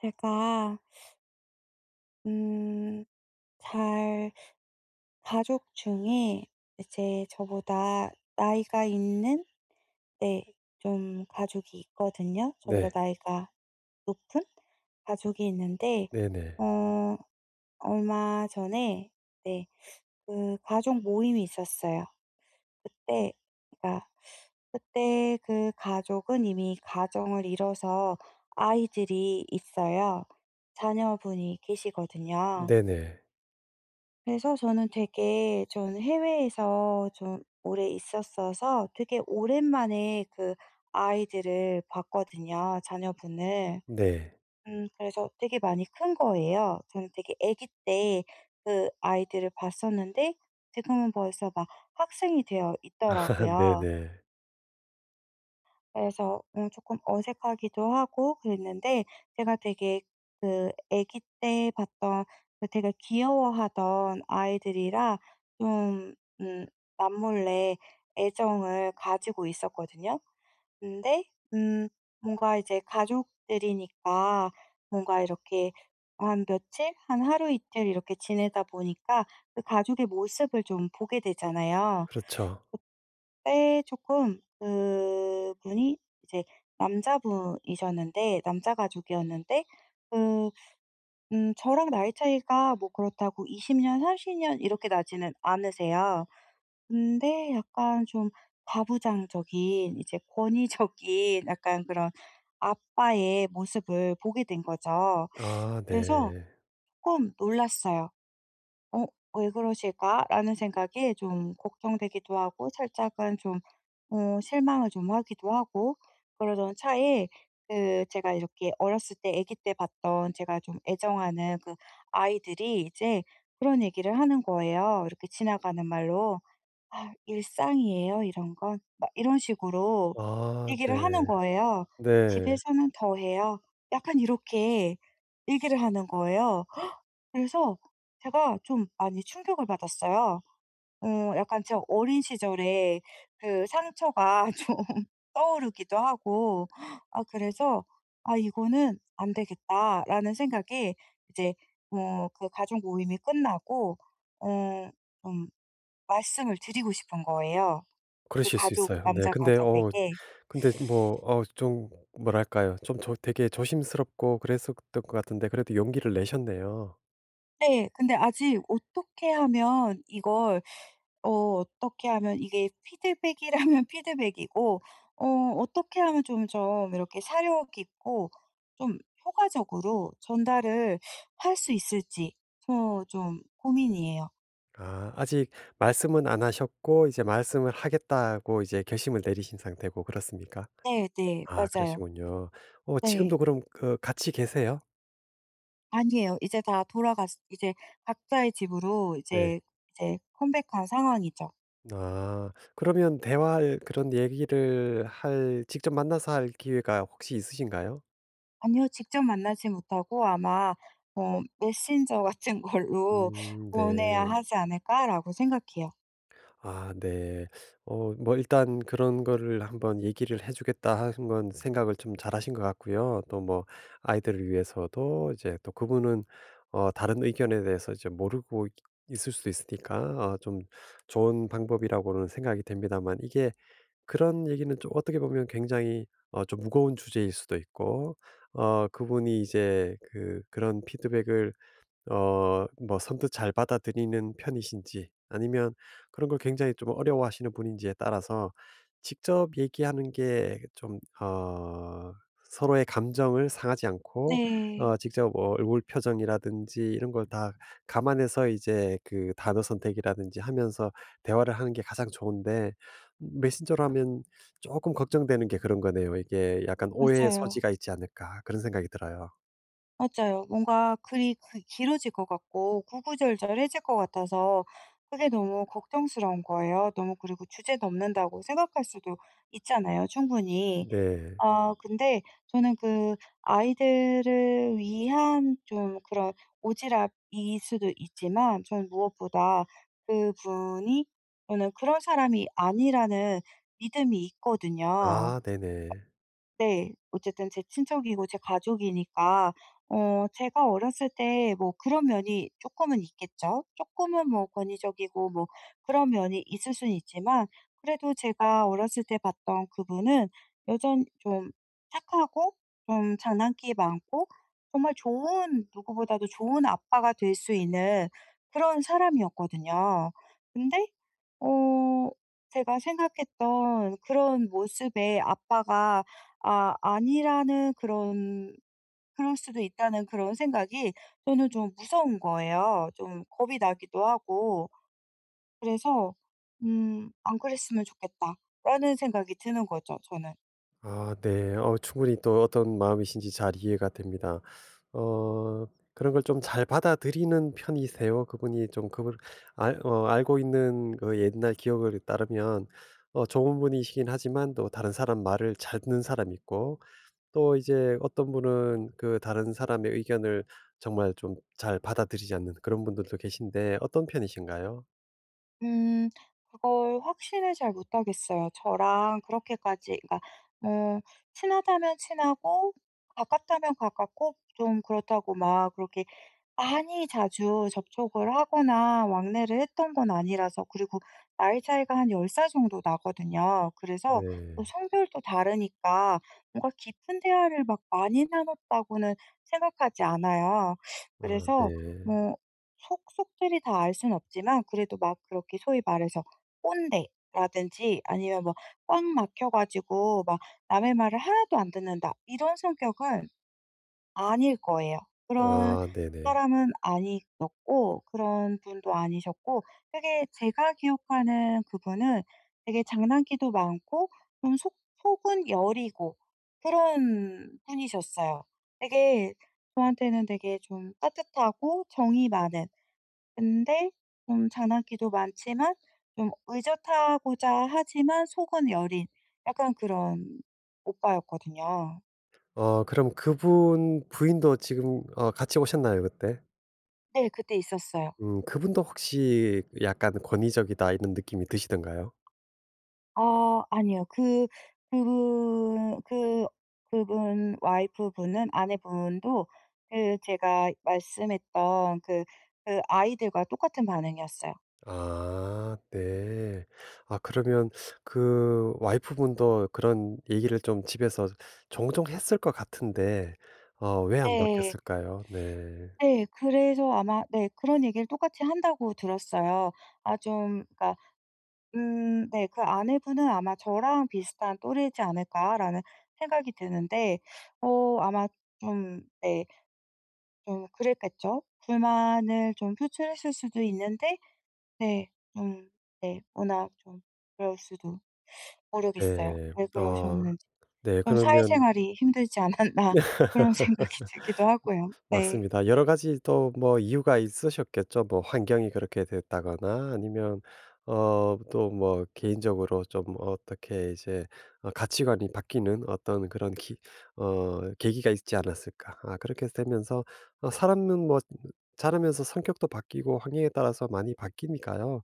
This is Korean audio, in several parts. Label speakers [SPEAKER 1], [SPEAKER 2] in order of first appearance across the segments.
[SPEAKER 1] 제가 음 잘 가족 중에 이제 저보다 나이가 있는, 네, 좀 가족이 있거든요. 저보다
[SPEAKER 2] 네.
[SPEAKER 1] 나이가 높은 가족이 있는데
[SPEAKER 2] 네네.
[SPEAKER 1] 어 얼마 전에, 네, 그 가족 모임이 있었어요. 그때 그러니까 그때 그 가족은 이미 가정을 이뤄서 아이들이 있어요. 자녀분이 계시거든요.
[SPEAKER 2] 네네.
[SPEAKER 1] 그래서 저는 해외에서 좀 오래 있었어서 되게 오랜만에 그 아이들을 봤거든요, 자녀분을.
[SPEAKER 2] 네.
[SPEAKER 1] 그래서 되게 많이 큰 거예요. 저는 되게 아기 때 그 아이들을 봤었는데 지금은 벌써 막 학생이 되어
[SPEAKER 2] 아
[SPEAKER 1] 있더라고요.
[SPEAKER 2] 네네.
[SPEAKER 1] 그래서 금 어색하기도 하고 그랬는데 제가 되게 그 아기 때 봤던 그 되게 귀여워하던 아이들이라 좀 음 남몰래 애정을 가지고 있었거든요. 근데 음 뭔가 이제 가족들이니까 뭔가 이렇게 한 며칠, 한 하루 이틀 이렇게 지내다 보니까 그 가족의 모습을 좀 보게 되잖아요.
[SPEAKER 2] 그렇죠.
[SPEAKER 1] 그때 조금 그분이 이제 남자분이셨는데 남자 가족이었는데 그 저랑 나이 차이가 뭐 그렇다고 20년 30년 이렇게 나지는 않으세요. 근데 약간 좀 과부장적인 이제 권위적인 약간 그런 아빠의 모습을 보게 된 거죠.
[SPEAKER 2] 아
[SPEAKER 1] 그래서
[SPEAKER 2] 네.
[SPEAKER 1] 조금 놀랐어요. '어 왜 그러실까?'라는 생각이 좀 걱정되기도 하고 살짝은 좀 실망을 좀 하기도 하고 그러던 차에 그 제가 이렇게 어렸을 때 아기 때 봤던 제가 좀 애정하는 그 아이들이 이제 그런 얘기를 하는 거예요. 이렇게 지나가는 말로 "아 일상이에요 이런 건." 막 이런 식으로
[SPEAKER 2] 아
[SPEAKER 1] 얘기를 하는
[SPEAKER 2] 네.
[SPEAKER 1] 거예요.
[SPEAKER 2] 네.
[SPEAKER 1] "집에서는 더 해요." 약간 이렇게 얘기를 하는 거예요. 그래서 제가 좀 많이 충격을 받았어요. 약간 제 어린 시절에 그 상처가 좀 떠오르기도 하고 아 그래서 '아 이거는 안 되겠다.'라는 생각에 이제 그 가족 모임이 끝나고 어 좀 말씀을 드리고 싶은 거예요, 그
[SPEAKER 2] 그러실 수
[SPEAKER 1] 가족
[SPEAKER 2] 있어요. 네.
[SPEAKER 1] 남자
[SPEAKER 2] 근데 어
[SPEAKER 1] 가족에게.
[SPEAKER 2] 근데 뭐 좀 뭐랄까요? 좀 조 되게 조심스럽고 그랬었던 것 같은데 그래도 용기를 내셨네요.
[SPEAKER 1] 네. 근데 아직 어떻게 하면 이걸 어 어떻게 하면 이게 피드백이라면 피드백이고 어 어떻게 하면 좀 이렇게 사력 있고 좀 효과적으로 전달을 할 수 있을지 저 좀 고민이에요.
[SPEAKER 2] 아 아직 말씀은 안 하셨고 이제 말씀을 하겠다고 이제 결심을 내리신 상태고 그렇습니까?
[SPEAKER 1] 네네.
[SPEAKER 2] 아
[SPEAKER 1] 맞아요.
[SPEAKER 2] 그러시군요.
[SPEAKER 1] 네.
[SPEAKER 2] 지금도 그럼 그 같이 계세요?
[SPEAKER 1] 아니에요. 이제 다 돌아갔 이제 각자의 집으로
[SPEAKER 2] 네.
[SPEAKER 1] 이제 컴백한 상황이죠.
[SPEAKER 2] 아. 그러면 대화할 그런 얘기를 할 직접 만나서 할 기회가 혹시 있으신가요?
[SPEAKER 1] 아니요. 직접 만나지 못하고 아마 '메신저 같은 걸로 보내야
[SPEAKER 2] 네.
[SPEAKER 1] 하지 않을까?'라고 생각해요.
[SPEAKER 2] 아 네. 뭐 일단 그런 거를 한번 얘기를 해 주겠다 하는 건 생각을 좀 잘하신 것 같고요. 또 뭐 아이들을 위해서도 이제 또 그분은 다른 의견에 대해서 이제 모르고 있 있을 수도 있으니까 좀 좋은 방법이라고는 생각이 됩니다만, 이게 그런 얘기는 좀 어떻게 보면 굉장히 좀 무거운 주제일 수도 있고, 그분이 이제 그런 피드백을 뭐 선뜻 잘 받아들이는 편이신지, 아니면 그런 걸 굉장히 좀 어려워하시는 분인지에 따라서 직접 얘기하는 게 좀 서로의 감정을 상하지 않고
[SPEAKER 1] 네.
[SPEAKER 2] 직접 얼굴 표정이라든지 이런 걸 다 감안해서 이제 그 단어 선택이라든지 하면서 대화를 하는 게 가장 좋은데, 메신저로 하면 조금 걱정되는 게 그런 거네요. 이게 약간 '오해의
[SPEAKER 1] 맞아요.
[SPEAKER 2] 소지가 있지 않을까.' 그런 생각이 들어요.
[SPEAKER 1] 맞아요. 뭔가 글이 그 길어질 것 같고 구구절절해질 것 같아서 그게 너무 걱정스러운 거예요. 너무 그리고 주제 넘는다고 생각할 수도 있잖아요, 충분히.
[SPEAKER 2] 네.
[SPEAKER 1] 아 근데 저는 그 아이들을 위한 좀 그런 오지랖일 수도 있지만 저는 무엇보다 그분이 저는 그런 사람이 아니라는 믿음이 있거든요.
[SPEAKER 2] 아 네네.
[SPEAKER 1] 네. 어쨌든 제 친척이고 제 가족이니까 제가 어렸을 때 뭐 그런 면이 조금은 있겠죠. 조금은 뭐 권위적이고 뭐 그런 면이 있을 순 있지만 그래도 제가 어렸을 때 봤던 그분은 여전히 좀 착하고 좀 장난기 많고 정말 좋은 누구보다도 좋은 아빠가 될 수 있는 그런 사람이었거든요. 근데 어 제가 생각했던 그런 모습에 아빠가 아 아니라는 그런 그럴 수도 있다는 그런 생각이 저는 좀 무서운 거예요. 좀 겁이 나기도 하고. 그래서 '안 그랬으면 좋겠다.'라는 생각이 드는 거죠 저는.
[SPEAKER 2] 아 네. 충분히 또 어떤 마음이신지 잘 이해가 됩니다. 어 그런 걸 좀 잘 받아들이는 편이세요? 그분이 좀 그걸 알 어 알고 있는 그 옛날 기억을 따르면 좋은 분이시긴 하지만, 또 다른 사람 말을 잘 듣는 사람이 있고, 또 이제 어떤 분은 그 다른 사람의 의견을 정말 좀 잘 받아들이지 않는 그런 분들도 계신데, 어떤 편이신가요?
[SPEAKER 1] 음 그걸 확신을 잘 못 하겠어요. 저랑 그렇게까지 그러니까 뭐 친하다면 친하고 가깝다면 가깝고 좀 그렇다고 막 그렇게 많이 자주 접촉을 하거나 왕래를 했던 건 아니라서 그리고 나이 차이가 한 10살 정도 나거든요. 그래서 또
[SPEAKER 2] 네.
[SPEAKER 1] 성별도 다르니까 뭔가 깊은 대화를 막 많이 나눴다고는 생각하지 않아요.
[SPEAKER 2] 아 네.
[SPEAKER 1] 그래서 뭐 속속들이 다 알 순 없지만 그래도 막 그렇게 소위 말해서 꼰대라든지 아니면 뭐 꽉 막혀 가지고 막 남의 말을 하나도 안 듣는다 이런 성격은 아닐 거예요. 그런
[SPEAKER 2] 아 네네.
[SPEAKER 1] 사람은 아니었고 그런 분도 아니셨고 되게 제가 기억하는 그분은 되게 장난기도 많고 좀 속 속은 여리고 그런 분이셨어요. 되게 저한테는 되게 좀 따뜻하고 정이 많은 근데 좀 장난기도 많지만 좀 의젓하고자 하지만 속은 여린 약간 그런 오빠였거든요.
[SPEAKER 2] 그럼 그분 부인도 지금 같이 오셨나요 그때?
[SPEAKER 1] 네 그때 있었어요.
[SPEAKER 2] 그분도 혹시 약간 '권위적이다.' 이런 느낌이 드시던가요?
[SPEAKER 1] 아니요. 그분 그 그분 와이프분은 아내분도 그 제가 말씀했던 그 아이들과 똑같은 반응이었어요.
[SPEAKER 2] 아 네. 아 그러면 그 와이프분도 그런 얘기를 좀 집에서 종종 했을 것 같은데, 왜 안
[SPEAKER 1] 네.
[SPEAKER 2] 바뀌었을까요? 네.
[SPEAKER 1] 네. 그래서 아마 네 그런 얘기를 똑같이 한다고 들었어요. 아 좀 그러니까 네 그 아내분은 아마 저랑 비슷한 또래지 않을까라는 생각이 드는데 아마 좀 네 좀 그랬겠죠. 불만을 좀 표출했을 수도 있는데 네. 음, 네. 워낙 좀 그럴 수도 모르겠어요.
[SPEAKER 2] 네.
[SPEAKER 1] 왜 그러셨는지.
[SPEAKER 2] 네.
[SPEAKER 1] 좀
[SPEAKER 2] 그러면
[SPEAKER 1] '사회생활이 힘들지 않았나.' 그런 생각이 들기도 하고요. 네.
[SPEAKER 2] 맞습니다. 여러 가지 또 뭐 이유가 있으셨겠죠. 뭐 환경이 그렇게 됐다거나, 아니면 또 뭐 개인적으로 좀 어떻게 이제 가치관이 바뀌는 어떤 그런 기 어 계기가 있지 않았을까. 아 그렇게 되면서 사람은 뭐 자라면서 성격도 바뀌고 환경에 따라서 많이 바뀌니까요.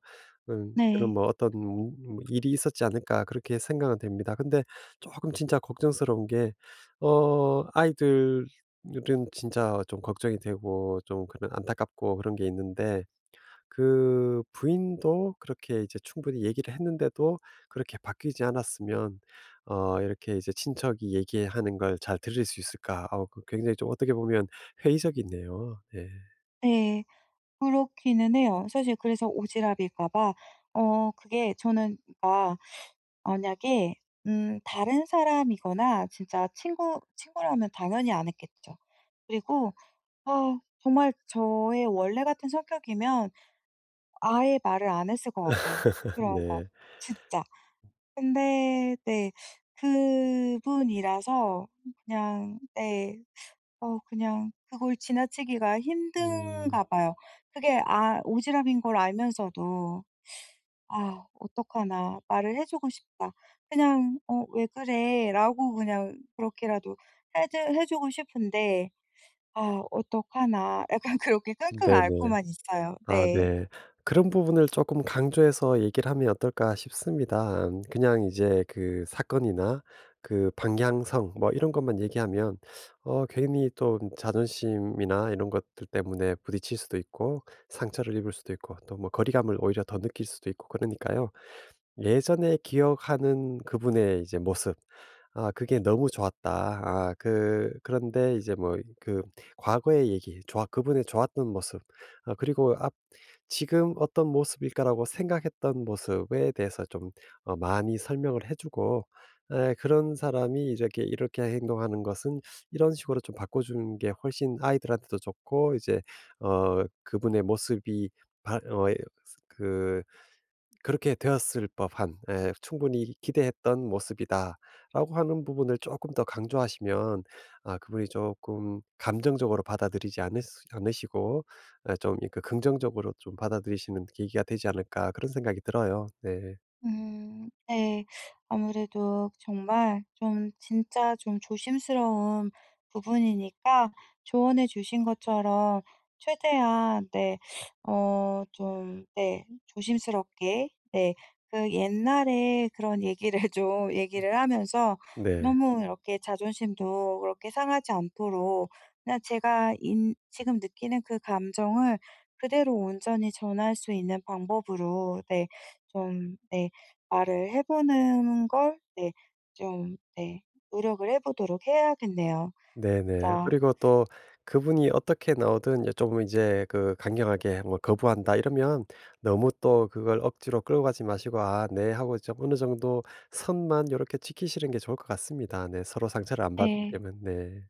[SPEAKER 2] 그런
[SPEAKER 1] 네.
[SPEAKER 2] 뭐 어떤 뭐 일이 있었지 않을까 그렇게 생각은 됩니다. 근데 조금 진짜 걱정스러운 게, 아이들 요즘 진짜 좀 걱정이 되고 좀 그런 안타깝고 그런 게 있는데, 그 부인도 그렇게 이제 충분히 얘기를 했는데도 그렇게 바뀌지 않았으면 이렇게 이제 친척이 얘기하는 걸 잘 들을 수 있을까? 그 굉장히 좀 어떻게 보면 회의적이네요. 네.
[SPEAKER 1] 네. 그렇기는 해요. 사실 그래서 오지랖일까 봐 그게 저는 그러니까 만약에 다른 사람이거나 진짜 친구 친구라면 당연히 안 했겠죠. 그리고 아 정말 저의 원래 같은 성격이면 아예 말을 안 했을 것 같아요, 그런 거.
[SPEAKER 2] 네.
[SPEAKER 1] 진짜. 근데 네. 그분이라서 그냥 네. 그냥 그걸 지나치기가
[SPEAKER 2] 음.
[SPEAKER 1] 힘든가 봐요. 그게 아 오지랖인 걸 알면서도 '아 어떡하나. 말을 해 주고 싶다.' 그냥 왜 그래?"라고 그냥 그렇게라도 해 드 해 주고 싶은데 '아 어떡하나.' 약간 그렇게 끙끙
[SPEAKER 2] 네네.
[SPEAKER 1] 앓고만 있어요.
[SPEAKER 2] 아
[SPEAKER 1] 네.
[SPEAKER 2] 네. 그런 부분을 조금 강조해서 얘기를 하면 어떨까 싶습니다. 그냥 이제 그 사건이나 그 방향성 뭐 이런 것만 얘기하면 괜히 또 자존심이나 이런 것들 때문에 부딪힐 수도 있고 상처를 입을 수도 있고 또 뭐 거리감을 오히려 더 느낄 수도 있고 그러니까요. 예전에 기억하는 그분의 이제 모습. 아 그게 너무 좋았다. 아 그런데 이제 뭐 그 과거의 얘기 좋아 그분의 좋았던 모습, 아 그리고 앞 '지금 어떤 모습일까.'라고 생각했던 모습에 대해서 좀 많이 설명을 해 주고, 에 그런 사람이 이렇게 이렇게 행동하는 것은 이런 식으로 좀 바꿔 주는 게 훨씬 아이들한테도 좋고 이제 그분의 모습이 바어그 그렇게 되었을 법한, 예 충분히 기대했던 모습이다라고 하는 부분을 조금 더 강조하시면, 아 그분이 조금 감정적으로 받아들이지 않으시고, 아, 좀이 그 긍정적으로 좀 받아들이시는 계기가 되지 않을까 그런 생각이 들어요. 네.
[SPEAKER 1] 네. 아무래도 정말 좀 진짜 좀 조심스러운 부분이니까 조언해 주신 것처럼 최대한 네 좀 네 조심스럽게 네 그 옛날에 그런 얘기를 좀 얘기를 하면서
[SPEAKER 2] 네.
[SPEAKER 1] 너무 이렇게 자존심도 그렇게 상하지 않도록 그냥 제가 인 지금 느끼는 그 감정을 그대로 온전히 전할 수 있는 방법으로 네좀네 말을 해 보는 걸 네 좀 네 노력을 해 보도록 해야겠네요.
[SPEAKER 2] 네네.
[SPEAKER 1] 진짜
[SPEAKER 2] 그리고 또 그분이 어떻게 나오든, 여 좀 이제 그 강경하게 뭐 거부한다 이러면 너무 또 그걸 억지로 끌고 가지 마시고 "아 네." 하고 좀 어느 정도 선만 이렇게 지키시는 게 좋을 것 같습니다. 네. 서로 상처를 안받기때
[SPEAKER 1] 네.
[SPEAKER 2] 면 네.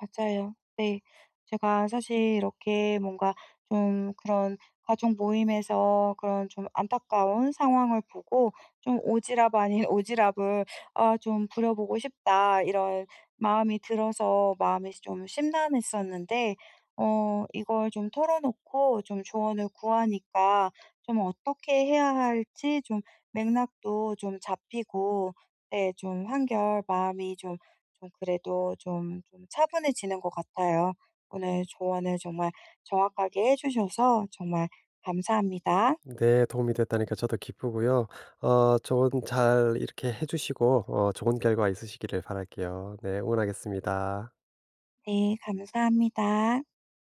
[SPEAKER 1] 맞아요. 네. 제가 사실 이렇게 뭔가 좀 그런 가족 모임에서 그런 좀 안타까운 상황을 보고 좀 '오지랖 아닌 오지랖을 아 좀 부려보고 싶다.' 이런 마음이 들어서 마음이 좀 심란했었는데 이걸 좀 털어놓고 좀 조언을 구하니까 좀 어떻게 해야 할지 좀 맥락도 좀 잡히고 네 좀 한결 마음이 좀 좀 그래도 좀, 좀 차분해지는 것 같아요. 오늘 조언을 정말 정확하게 해 주셔서 정말 감사합니다.
[SPEAKER 2] 네. 도움이 됐다니까 저도 기쁘고요. 좋은 잘 이렇게 해 주시고 좋은 결과 있으시기를 바랄게요. 네. 응원하겠습니다.
[SPEAKER 1] 네, 감사합니다.